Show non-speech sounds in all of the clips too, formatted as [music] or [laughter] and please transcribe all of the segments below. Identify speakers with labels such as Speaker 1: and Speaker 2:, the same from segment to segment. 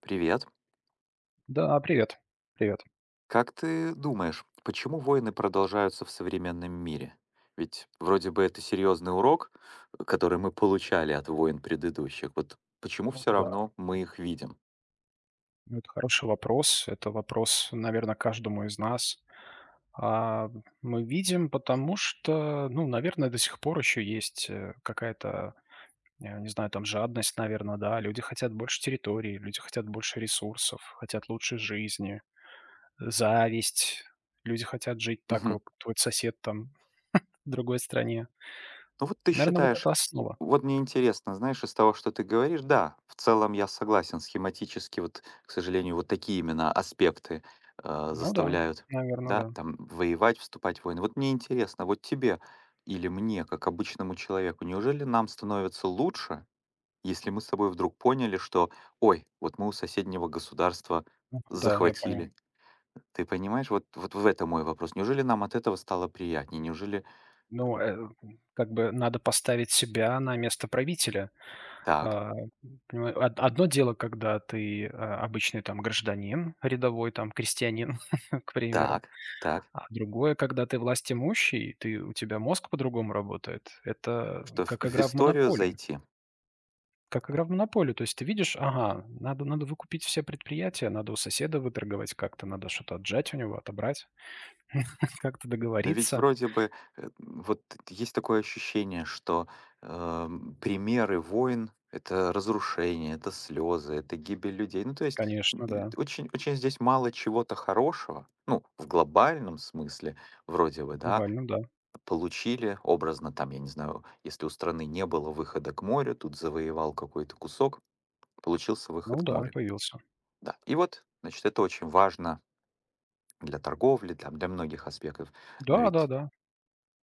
Speaker 1: Привет.
Speaker 2: Да, привет. Привет.
Speaker 1: Как ты думаешь, почему войны продолжаются в современном мире? Ведь вроде бы это серьезный урок, который мы получали от войн предыдущих. Вот почему
Speaker 2: Ну
Speaker 1: все
Speaker 2: да,
Speaker 1: равно мы их видим?
Speaker 2: ну, это хороший вопрос. Это вопрос, наверное, каждому из нас. А, мы видим, потому что, ну, наверное, до сих пор еще есть, какая-то, я не знаю, там жадность, наверное, да. Люди хотят больше территории, люди хотят больше ресурсов, хотят лучшей жизни, зависть. Люди хотят жить так,
Speaker 1: Мгм.
Speaker 2: как твой сосед там в другой стране.
Speaker 1: Ну вот ты
Speaker 2: Наверное, вот
Speaker 1: считаешь,
Speaker 2: это основа.
Speaker 1: вот мне интересно, знаешь, из того, что ты говоришь, да, в целом я согласен, схематически вот, к сожалению, вот такие именно аспекты
Speaker 2: Ну да,
Speaker 1: заставляют,
Speaker 2: наверное,
Speaker 1: да,
Speaker 2: да.
Speaker 1: там, воевать, вступать в войны. Вот мне интересно, вот тебе или мне, как обычному человеку, неужели нам становится лучше, если мы с тобой вдруг поняли, что, ой, вот мы у соседнего государства
Speaker 2: Ага, да, я понял.
Speaker 1: захватили. Ты понимаешь, вот в этом мой вопрос. Неужели нам от этого стало приятнее? Неужели
Speaker 2: Ну, как бы надо поставить себя на место правителя.
Speaker 1: так,
Speaker 2: А, Понимаю, од одно дело, когда ты, обычный там гражданин рядовой, там крестьянин, [laughs] к примеру,
Speaker 1: так, так,
Speaker 2: а другое, когда ты властимущий, ты у тебя мозг по-другому работает. Это
Speaker 1: что в
Speaker 2: как
Speaker 1: в
Speaker 2: игра в
Speaker 1: историю
Speaker 2: "Монополию".
Speaker 1: зайти?
Speaker 2: Как игра в "Монополию". То есть ты видишь: ага, надо выкупить все предприятия, надо у соседа выторговать как-то, надо что-то отжать у него, отобрать, [laughs] как-то
Speaker 1: Но ведь
Speaker 2: договориться.
Speaker 1: вроде бы, вот есть такое ощущение, что, примеры войн — это разрушение, это слезы, это гибель людей. Ну, то есть,
Speaker 2: Конечно, да,
Speaker 1: очень здесь мало чего-то хорошего. Ну, в глобальном смысле вроде бы, да.
Speaker 2: глобально, да.
Speaker 1: Получили, образно, там, я не знаю, если у страны не было выхода к морю, тут завоевал какой-то кусок, получился выход
Speaker 2: Ну
Speaker 1: к
Speaker 2: да,
Speaker 1: морю.
Speaker 2: появился.
Speaker 1: Да. И вот, значит, это очень важно для торговли, там, для многих аспектов. Но ведь
Speaker 2: Да-да-да,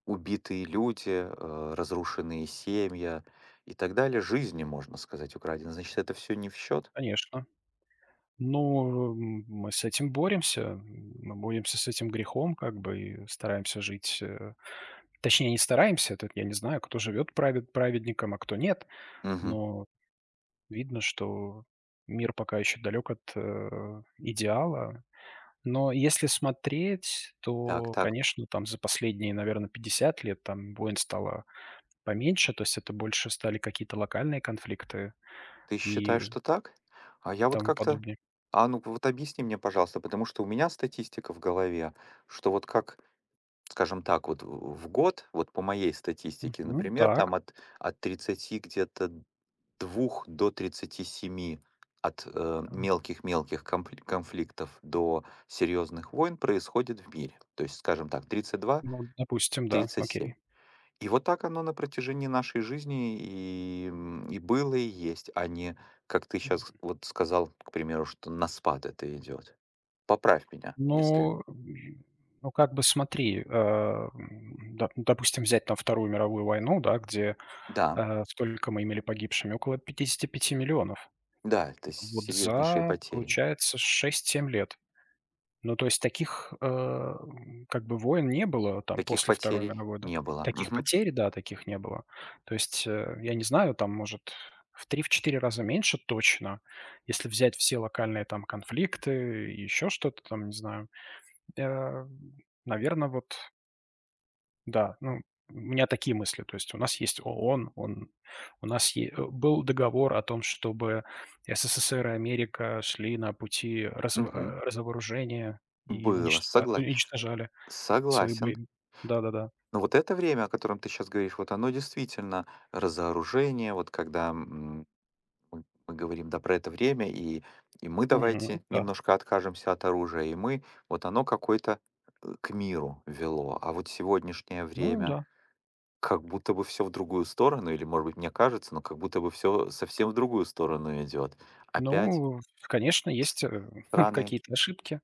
Speaker 1: убитые люди, разрушенные семьи и так далее. Жизни, можно сказать, украдены. Значит, это все не в счет?
Speaker 2: конечно. Ну, мы с этим боремся, мы боремся с этим грехом как бы и стараемся жить. Точнее, не стараемся, тут я не знаю, кто живет праведником, а кто нет,
Speaker 1: Мгм.
Speaker 2: но видно, что мир пока еще далек от, э, идеала. Но если смотреть,
Speaker 1: Так,
Speaker 2: то,
Speaker 1: так.
Speaker 2: конечно, там за последние, наверное, 50 лет там войн стало поменьше, то есть это больше стали какие-то локальные конфликты
Speaker 1: Ты
Speaker 2: и
Speaker 1: считаешь, что так? А я вот
Speaker 2: тому
Speaker 1: как-то...
Speaker 2: подобное.
Speaker 1: А ну вот объясни мне, пожалуйста, потому что у меня статистика в голове, что вот как, скажем так, вот в год, вот по моей статистике,
Speaker 2: Мгм.
Speaker 1: например,
Speaker 2: Так.
Speaker 1: там от, от 32 где-то 37 от
Speaker 2: А,
Speaker 1: мелких-мелких конфликтов до серьезных войн происходит в мире. То есть, скажем так, 32,
Speaker 2: ну, допустим, да,
Speaker 1: 37.
Speaker 2: окей.
Speaker 1: И вот так оно на протяжении нашей жизни и, и было, и есть, а не, как ты сейчас
Speaker 2: Мгм.
Speaker 1: вот сказал, к примеру, что на спад это идет. Поправь меня, если...
Speaker 2: Ну, ну, как бы смотри, допустим, взять там Вторую мировую войну, да, где,
Speaker 1: Да,
Speaker 2: сколько мы имели погибшими? Около 55 миллионов.
Speaker 1: да, это
Speaker 2: Вот
Speaker 1: серьезнейшие
Speaker 2: за,
Speaker 1: потери.
Speaker 2: получается, 6-7 лет. Ну, то есть таких, как бы войн не было там
Speaker 1: Таких
Speaker 2: после Второй
Speaker 1: потерей
Speaker 2: мировой, да?
Speaker 1: не было.
Speaker 2: Таких
Speaker 1: Мгм.
Speaker 2: потерь, да, таких не было. То есть, я не знаю, там, может, в 3, в четыре раза меньше точно, если взять все локальные там конфликты еще что-то там, не знаю. Наверное, вот, да, ну, у меня такие мысли. То есть у нас есть ООН, он, у нас был договор о том, чтобы СССР и Америка шли на пути
Speaker 1: Мгм.
Speaker 2: разоружения и
Speaker 1: Было, согла-
Speaker 2: уничтожали свои...
Speaker 1: Согласен.
Speaker 2: Да-да-да.
Speaker 1: Но вот это время, о котором ты сейчас говоришь, вот оно действительно разоружение, вот когда мы говорим, да, про это время, и мы
Speaker 2: Мгм,
Speaker 1: давайте
Speaker 2: да.
Speaker 1: немножко откажемся от оружия, и мы, вот оно какой-то к миру вело. А вот сегодняшнее
Speaker 2: Ну
Speaker 1: время,
Speaker 2: да.
Speaker 1: как будто бы все в другую сторону, или, может быть, мне кажется, но как будто бы все совсем в другую сторону идет. Опять
Speaker 2: Ну, конечно,
Speaker 1: с-
Speaker 2: есть [laughs]
Speaker 1: страны.
Speaker 2: какие-то ошибки.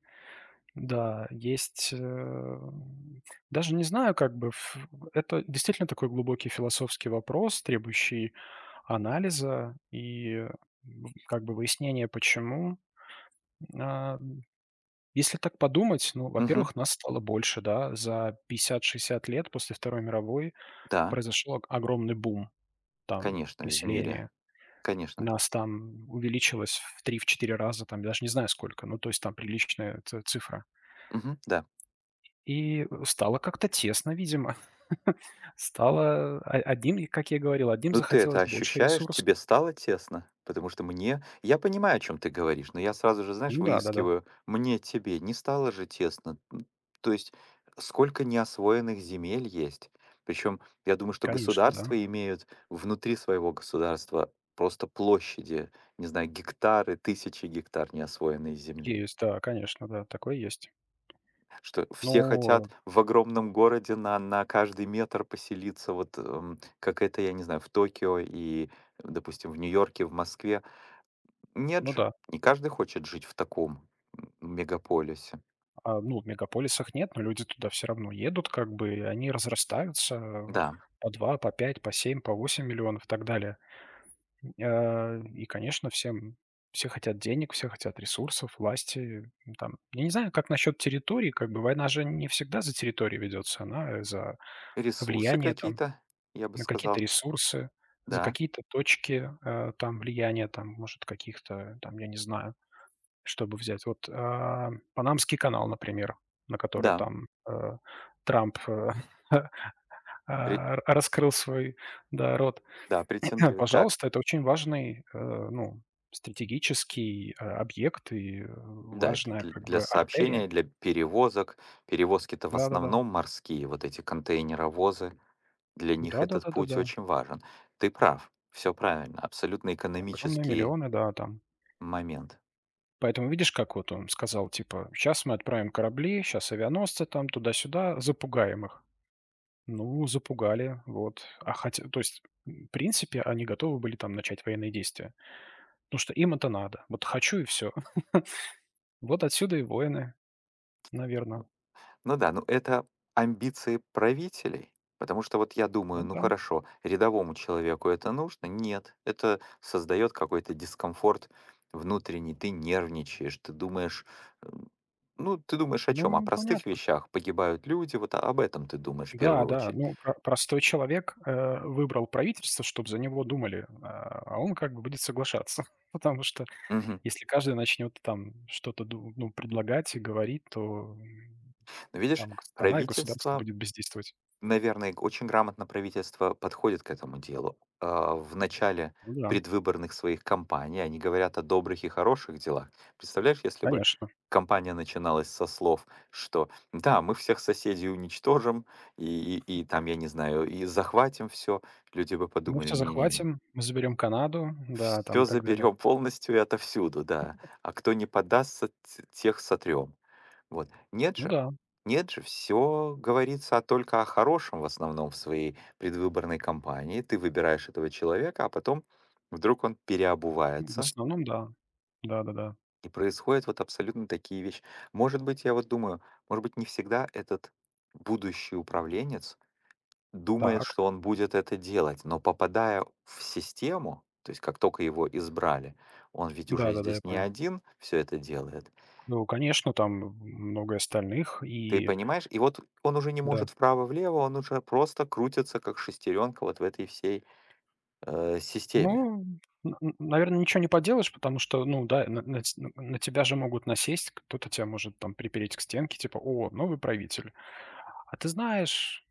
Speaker 2: Да, есть, даже не знаю, как бы ф это действительно такой глубокий философский вопрос, требующий анализа и, как бы выяснения, почему. А, Если так подумать, ну,
Speaker 1: Мгм.
Speaker 2: во-первых, нас стало больше, да. За 50-60 лет после Второй мировой
Speaker 1: Да,
Speaker 2: произошел ог огромный бум там
Speaker 1: конечно, в мире.
Speaker 2: населения.
Speaker 1: Конечно.
Speaker 2: Нас там увеличилось в 3 в четыре раза, там, я даже не знаю сколько, ну, то есть там приличная ц цифра.
Speaker 1: Мгм. Да.
Speaker 2: И стало как-то тесно, видимо. [laughs] Стало о одним, и как я и говорил, одним
Speaker 1: Ну, ты это
Speaker 2: захотелось больше
Speaker 1: ощущаешь?
Speaker 2: ресурсов.
Speaker 1: Тебе стало тесно? Потому что мне я понимаю, о чем ты говоришь, но я сразу же, знаешь,
Speaker 2: Ну да, да-да,
Speaker 1: выискиваю: мне, тебе не стало же тесно? То есть сколько неосвоенных земель есть. Причем я думаю, что
Speaker 2: конечно, да.
Speaker 1: государства имеют внутри своего государства просто площади, не знаю, гектары, тысячи гектар неосвоенной земли.
Speaker 2: Есть, да, конечно, да, такое есть.
Speaker 1: Что все хотят
Speaker 2: Ну,
Speaker 1: в огромном городе на каждый метр поселиться, вот, как это, я не знаю, в Токио и, допустим, в Нью-Йорке, в Москве. Нет
Speaker 2: ну
Speaker 1: же,
Speaker 2: да,
Speaker 1: не каждый хочет жить в таком мегаполисе.
Speaker 2: ну, в мегаполисах нет, но люди туда все равно едут, как бы, и они разрастаются,
Speaker 1: Да,
Speaker 2: по 2, по 5, по 7, по 8 миллионов и так далее. И, конечно, все хотят денег, все хотят ресурсов, власти, там. Я не знаю, как насчет территории, как бы война же не всегда за территорию ведется, она за
Speaker 1: ресурсы
Speaker 2: влияние там
Speaker 1: какие-то, я бы
Speaker 2: на какие-то
Speaker 1: сказал.
Speaker 2: ресурсы, за
Speaker 1: Да,
Speaker 2: какие-то точки, там влияния, там, может, каких-то, там, я не знаю, чтобы взять. Вот, Панамский канал, например, на который
Speaker 1: да,
Speaker 2: там, Трамп, [laughs]
Speaker 1: пре
Speaker 2: раскрыл свой, да, рот.
Speaker 1: да, претендует. Так,
Speaker 2: Пожалуйста, это очень важный, ну, стратегический, объект и, э,
Speaker 1: да, это
Speaker 2: важная
Speaker 1: дл
Speaker 2: как
Speaker 1: для
Speaker 2: бы артерия.
Speaker 1: сообщения, для перевозок. Перевозки-то в
Speaker 2: Да-да-да.
Speaker 1: основном морские, вот эти контейнеровозы. Для них этот путь
Speaker 2: Да-да-да-да-да.
Speaker 1: очень важен. Ты прав, все правильно, абсолютно
Speaker 2: Огромные
Speaker 1: экономический
Speaker 2: миллионы, да, там.
Speaker 1: момент.
Speaker 2: Поэтому видишь, как вот он сказал, типа: "Сейчас мы отправим корабли, сейчас авианосцы там туда-сюда, запугаем их". Ну, запугали, вот. А хотя то есть, в принципе, они готовы были там начать военные действия, потому что им это надо. Вот хочу и все. [laughs] Вот отсюда и войны, наверно.
Speaker 1: Ну да, ну это амбиции правителей, потому что вот я думаю,
Speaker 2: Ну
Speaker 1: ну
Speaker 2: да.
Speaker 1: хорошо, рядовому человеку это нужно? Нет, это создает какой-то дискомфорт внутренний, ты нервничаешь, ты думаешь, м, ну ты думаешь о чем? О
Speaker 2: Ну,
Speaker 1: простых
Speaker 2: понятно.
Speaker 1: вещах, погибают люди, вот об этом ты думаешь в
Speaker 2: Да,
Speaker 1: первую
Speaker 2: да,
Speaker 1: очередь.
Speaker 2: ну, про простой человек, выбрал правительство, чтобы за него думали, а он как бы будет соглашаться. [laughs] Потому что
Speaker 1: Мгм.
Speaker 2: если каждый начнет там что-то ду ну, предлагать и говорить, то,
Speaker 1: Но видишь,
Speaker 2: там г страна и государство
Speaker 1: правительство
Speaker 2: будет бездействовать.
Speaker 1: наверное, г очень грамотно правительство подходит к этому делу. А, в начале
Speaker 2: Ну да,
Speaker 1: предвыборных своих кампаний они говорят о добрых и хороших делах. Представляешь, если бы
Speaker 2: конечно.
Speaker 1: кампания начиналась со слов, что да, мы всех соседей уничтожим и и там, я не знаю, и захватим все, люди бы
Speaker 2: Мы
Speaker 1: подумали:
Speaker 2: все
Speaker 1: "Не-не-не,
Speaker 2: захватим, мы заберем Канаду, да, там
Speaker 1: все
Speaker 2: и так далее.
Speaker 1: заберем полностью и отовсюду, да, а кто не поддастся, т тех сотрем". Вот. Нет
Speaker 2: Ну
Speaker 1: же.
Speaker 2: да,
Speaker 1: Нет же, все говорится только о хорошем в основном в своей предвыборной кампании. Ты выбираешь этого человека, а потом вдруг он
Speaker 2: ну, в
Speaker 1: переобувается,
Speaker 2: основном да. Да-да-да.
Speaker 1: и происходят вот абсолютно такие вещи. Может быть, я вот думаю, может быть, не всегда этот будущий управленец думает,
Speaker 2: Так.
Speaker 1: что он будет это делать, но попадая в систему, то есть как только его избрали, он ведь уже
Speaker 2: Да-да-да, я
Speaker 1: здесь не
Speaker 2: понял.
Speaker 1: один все это делает,
Speaker 2: Ну, конечно, там, много остальных,
Speaker 1: ты
Speaker 2: и
Speaker 1: понимаешь? И вот он уже не
Speaker 2: да.
Speaker 1: может вправо-влево, он уже просто крутится, как шестеренка вот в этой всей, системе.
Speaker 2: Ну, наверное, ничего не поделаешь, потому что, ну да, на тебя же могут насесть, кто-то тебя может там припереть к стенке, типа: "О, новый правитель. А ты знаешь,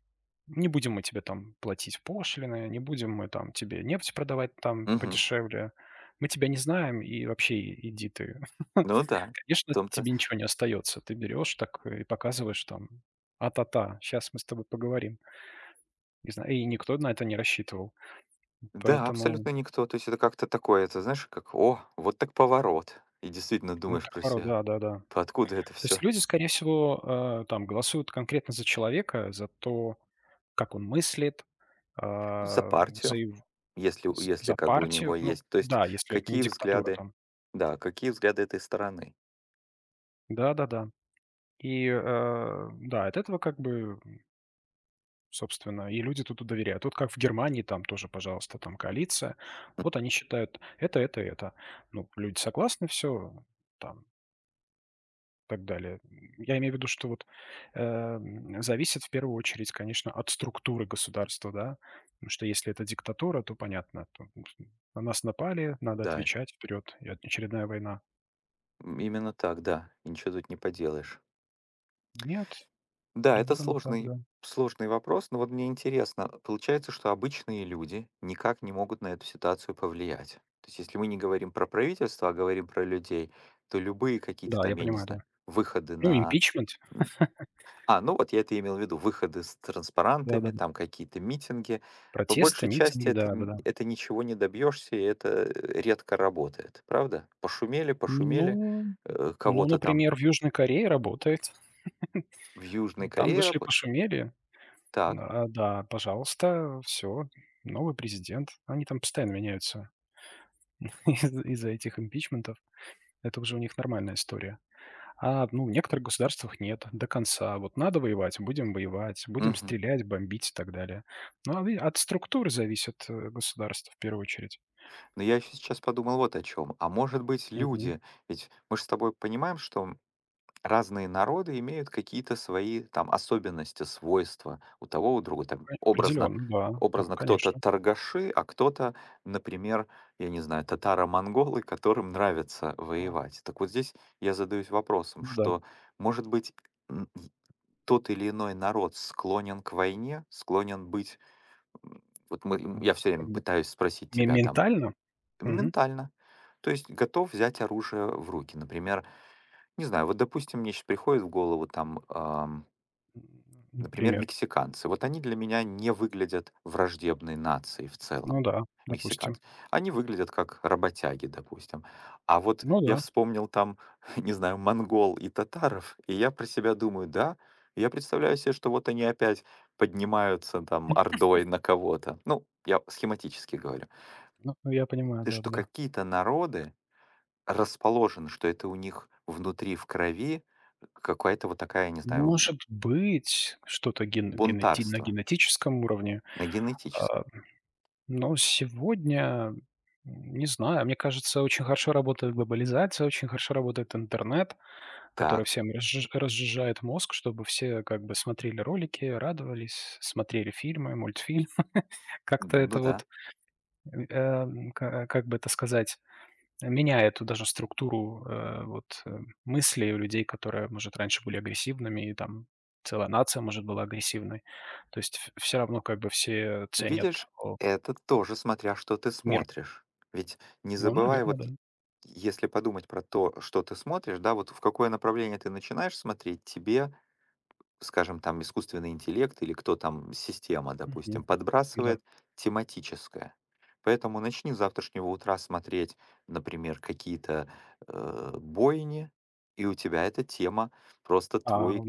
Speaker 2: не будем мы тебе там платить пошлины, не будем мы там тебе нефть продавать там
Speaker 1: Мгм.
Speaker 2: подешевле. Мы тебя не знаем, и вообще и иди ты". [laughs]
Speaker 1: Ну да, в
Speaker 2: Конечно,
Speaker 1: том-то
Speaker 2: тебе ничего не остается. Ты берешь так и показываешь там: "А-та-та, сейчас мы с тобой поговорим". И никто на это не рассчитывал.
Speaker 1: да,
Speaker 2: Поэтому,
Speaker 1: абсолютно никто. То есть это как-то такое, это знаешь, как: "О, вот так поворот". И действительно
Speaker 2: ну,
Speaker 1: думаешь
Speaker 2: так
Speaker 1: про
Speaker 2: порой,
Speaker 1: себя:
Speaker 2: да-да-да.
Speaker 1: "Откуда это
Speaker 2: То есть
Speaker 1: все?
Speaker 2: люди, скорее всего, там голосуют конкретно за человека, за то, как он мыслит,
Speaker 1: За
Speaker 2: а, за
Speaker 1: партию,
Speaker 2: его
Speaker 1: если у
Speaker 2: з
Speaker 1: если
Speaker 2: за
Speaker 1: как бы у
Speaker 2: партию.
Speaker 1: него
Speaker 2: Ну
Speaker 1: есть. То есть
Speaker 2: да, если это не
Speaker 1: какие
Speaker 2: диктатура
Speaker 1: взгляды
Speaker 2: там.
Speaker 1: да, какие взгляды этой стороны.
Speaker 2: Да-да-да. И, э, да, от этого как бы, собственно, и люди тут и доверяют. Вот как в Германии, там тоже, пожалуйста, там коалиция. Вот
Speaker 1: Мгм.
Speaker 2: они считают это, это. Ну, люди согласны, все там так далее. Я имею в виду, что вот, зависит в первую очередь, конечно, от структуры государства, да. Потому что если это диктатура, то понятно, то на нас напали, надо
Speaker 1: Да,
Speaker 2: отвечать, вперед, и очередная война.
Speaker 1: именно так, да, и ничего тут не поделаешь.
Speaker 2: Нет,
Speaker 1: Да, это
Speaker 2: наверное, так,
Speaker 1: сложный
Speaker 2: да.
Speaker 1: сложный вопрос, но вот мне интересно, получается, что обычные люди никак не могут на эту ситуацию повлиять. То есть, если мы не говорим про правительство, а говорим про людей, то любые какие-то
Speaker 2: Да,
Speaker 1: там,
Speaker 2: я
Speaker 1: я не
Speaker 2: понимаю, да.
Speaker 1: знаю, выходы
Speaker 2: Ну,
Speaker 1: на...
Speaker 2: импичмент.
Speaker 1: м,
Speaker 2: [laughs]
Speaker 1: А, ну вот я это имел в виду, выходы с транспарантами,
Speaker 2: Да-да-да.
Speaker 1: там какие-то митинги. По
Speaker 2: Протесты,
Speaker 1: большей части
Speaker 2: митинги,
Speaker 1: это,
Speaker 2: да-да-да.
Speaker 1: это ничего не добьешься, и это редко работает, правда? Пошумели, пошумели,
Speaker 2: Ну, ну,
Speaker 1: кого-то там
Speaker 2: например, в Южной Корее работает.
Speaker 1: в Южной
Speaker 2: Там
Speaker 1: Корее
Speaker 2: вышли,
Speaker 1: работает.
Speaker 2: пошумели.
Speaker 1: Так.
Speaker 2: Да, пожалуйста, все, новый президент. Они там постоянно меняются. [laughs] Из-за этих импичментов. Это уже у них нормальная история. Ну, в некоторых государствах нет до конца. Вот надо воевать, будем
Speaker 1: Мгм.
Speaker 2: стрелять, бомбить и так далее. Ну, от структур зависит государство в первую очередь.
Speaker 1: Но я еще сейчас подумал вот о чем. А может быть,
Speaker 2: Мгм.
Speaker 1: люди, ведь мы же с тобой понимаем, что разные народы имеют какие-то свои там особенности, свойства у того, у друга. Там образно,
Speaker 2: Определенно, да,
Speaker 1: образно кто-то
Speaker 2: конечно.
Speaker 1: торгаши, а кто-то, например, я не знаю, татаро-монголы, которым нравится
Speaker 2: А,
Speaker 1: воевать. Так вот здесь я задаюсь вопросом,
Speaker 2: ну да,
Speaker 1: что, может быть, и тот или иной народ склонен к войне, склонен быть... м, Вот мы, я все время
Speaker 2: Как бы
Speaker 1: пытаюсь спросить тебя там,
Speaker 2: ментально. Мгм.
Speaker 1: ментально. То есть готов взять оружие в руки. Например, не знаю, вот, допустим, мне сейчас приходит в голову там,
Speaker 2: М,
Speaker 1: например,
Speaker 2: Например.
Speaker 1: мексиканцы. Вот они для меня не выглядят враждебной нацией в
Speaker 2: Ну
Speaker 1: целом,
Speaker 2: да, допустим.
Speaker 1: мексиканцы. Они выглядят как работяги, допустим. А вот
Speaker 2: Ну
Speaker 1: я
Speaker 2: да,
Speaker 1: вспомнил там, [laughs] не знаю, монгол и татаров, и я про себя думаю, да, я представляю себе, что вот они опять поднимаются там ордой на кого-то. Ну, я схематически говорю.
Speaker 2: ну, я понимаю,
Speaker 1: То есть, что
Speaker 2: да-да-да.
Speaker 1: какие-то народы, расположен, что это у них внутри в крови какая-то вот такая, не
Speaker 2: Ну,
Speaker 1: знаю,
Speaker 2: может быть, что-то на
Speaker 1: бунтарство
Speaker 2: генетическом уровне.
Speaker 1: на генетическом.
Speaker 2: а, Но сегодня, не знаю, мне кажется, очень хорошо работает глобализация, очень хорошо работает интернет, который
Speaker 1: Так,
Speaker 2: всем разжижает мозг, чтобы все как бы смотрели ролики, радовались, смотрели фильмы, мультфильмы. [laughs] Как-то
Speaker 1: ну
Speaker 2: это
Speaker 1: да.
Speaker 2: вот, э, м, ка как бы это сказать, меняет вот даже структуру, вот, мыслей у людей, которые, может, раньше были агрессивными, и там целая нация, может, была агрессивной. То есть все равно как бы все ценят,
Speaker 1: Видишь,
Speaker 2: о,
Speaker 1: это тоже смотря что ты
Speaker 2: мир.
Speaker 1: смотришь. Ведь не
Speaker 2: Ну,
Speaker 1: забывай,
Speaker 2: наверно,
Speaker 1: вот
Speaker 2: да.
Speaker 1: если подумать про то, что ты смотришь, да, вот в какое направление ты начинаешь смотреть, тебе скажем, там искусственный интеллект или кто там, система,
Speaker 2: Мгм.
Speaker 1: допустим,
Speaker 2: Да.
Speaker 1: подбрасывает тематическое. Поэтому начни с завтрашнего утра смотреть, например, какие-то бойни, и у тебя эта тема, просто твой
Speaker 2: Ну,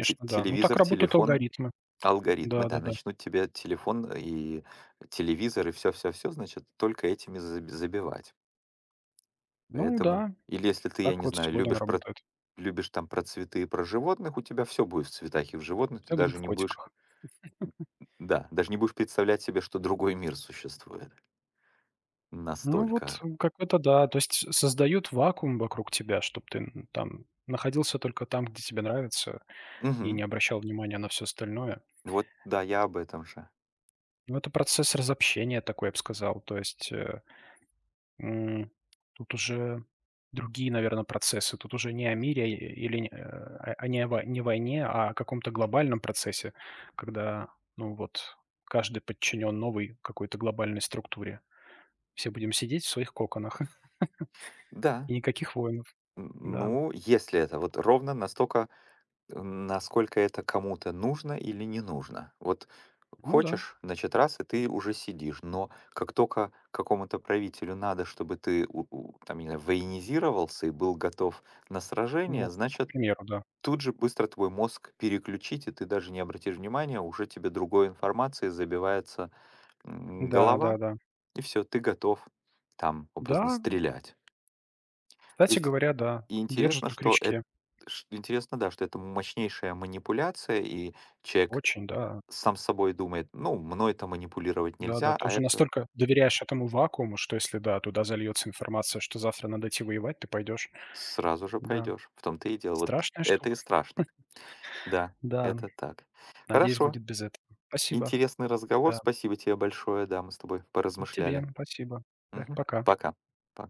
Speaker 2: да. Ну, так
Speaker 1: телевизор,
Speaker 2: работают
Speaker 1: телефон,
Speaker 2: алгоритмы.
Speaker 1: алгоритмы, да,
Speaker 2: Да-да-да.
Speaker 1: начнут тебе телефон и телевизор и все-все-все, значит, только этими забивать.
Speaker 2: Ну
Speaker 1: Поэтому,
Speaker 2: да,
Speaker 1: или если ты,
Speaker 2: так
Speaker 1: я не
Speaker 2: вот
Speaker 1: знаю,
Speaker 2: сегодня она работает.
Speaker 1: любишь там про цветы и про животных, у тебя все будет в цветах и в животных, ты
Speaker 2: Все будет
Speaker 1: даже
Speaker 2: в
Speaker 1: не будешь
Speaker 2: котиках.
Speaker 1: да, даже не будешь представлять себе, что другой мир существует.
Speaker 2: Ну вот,
Speaker 1: Настолько.
Speaker 2: как это, да. То есть создают вакуум вокруг тебя, чтобы ты, н там находился только там, где тебе нравится, и
Speaker 1: Мгм.
Speaker 2: не обращал внимания на все остальное.
Speaker 1: Вот, да, я об этом же.
Speaker 2: Ну, это процесс разобщения такой, я бы сказал. То есть, М, тут уже другие, наверное, процессы. Тут уже не о мире или не, э, а не о вой не войне, а о каком-то глобальном процессе, когда, ну вот, каждый подчинен новой какой-то глобальной структуре. Все будем сидеть в своих коконах [laughs] и
Speaker 1: Да.
Speaker 2: никаких воинов.
Speaker 1: Н-
Speaker 2: Да.
Speaker 1: ну, если это вот ровно настолько, насколько это кому-то нужно или не нужно. Вот
Speaker 2: Ну да.
Speaker 1: хочешь, значит, раз, и ты уже сидишь. Но как только какому-то правителю надо, чтобы ты там, не знаю, военизировался и был готов на сражение,
Speaker 2: Ну, к
Speaker 1: значит,
Speaker 2: примеру, да.
Speaker 1: тут же быстро твой мозг переключить, и ты даже не обратишь внимания, уже тебе другой информации забивается голова,
Speaker 2: Да-да-да.
Speaker 1: и все ты готов там
Speaker 2: Да,
Speaker 1: образно
Speaker 2: да. Да,
Speaker 1: стрелять. То
Speaker 2: кстати
Speaker 1: есть
Speaker 2: говоря, да.
Speaker 1: и
Speaker 2: Держит
Speaker 1: интересно,
Speaker 2: на
Speaker 1: что это
Speaker 2: крючке.
Speaker 1: интересно, да, что это мощнейшая манипуляция, и человек
Speaker 2: Очень, да.
Speaker 1: сам с собой думает: "Ну, мной это манипулировать
Speaker 2: Да-да.
Speaker 1: нельзя,
Speaker 2: Ты
Speaker 1: а
Speaker 2: уже
Speaker 1: это
Speaker 2: настолько доверяешь этому вакууму, что если, да, туда зальется информация, что завтра надо идти воевать, ты пойдешь.
Speaker 1: сразу же
Speaker 2: Да,
Speaker 1: пойдешь". В том-то и дело. Вот
Speaker 2: страшная
Speaker 1: это и
Speaker 2: штука.
Speaker 1: страшно. Да,
Speaker 2: Да,
Speaker 1: это так.
Speaker 2: надеюсь,
Speaker 1: Хорошо,
Speaker 2: будет без этого. Спасибо.
Speaker 1: интересный разговор.
Speaker 2: Да,
Speaker 1: Спасибо тебе большое. Да, мы с тобой
Speaker 2: и тебе
Speaker 1: поразмышляли.
Speaker 2: спасибо. Пр
Speaker 1: Мгм.
Speaker 2: пока.
Speaker 1: Пока. Пока.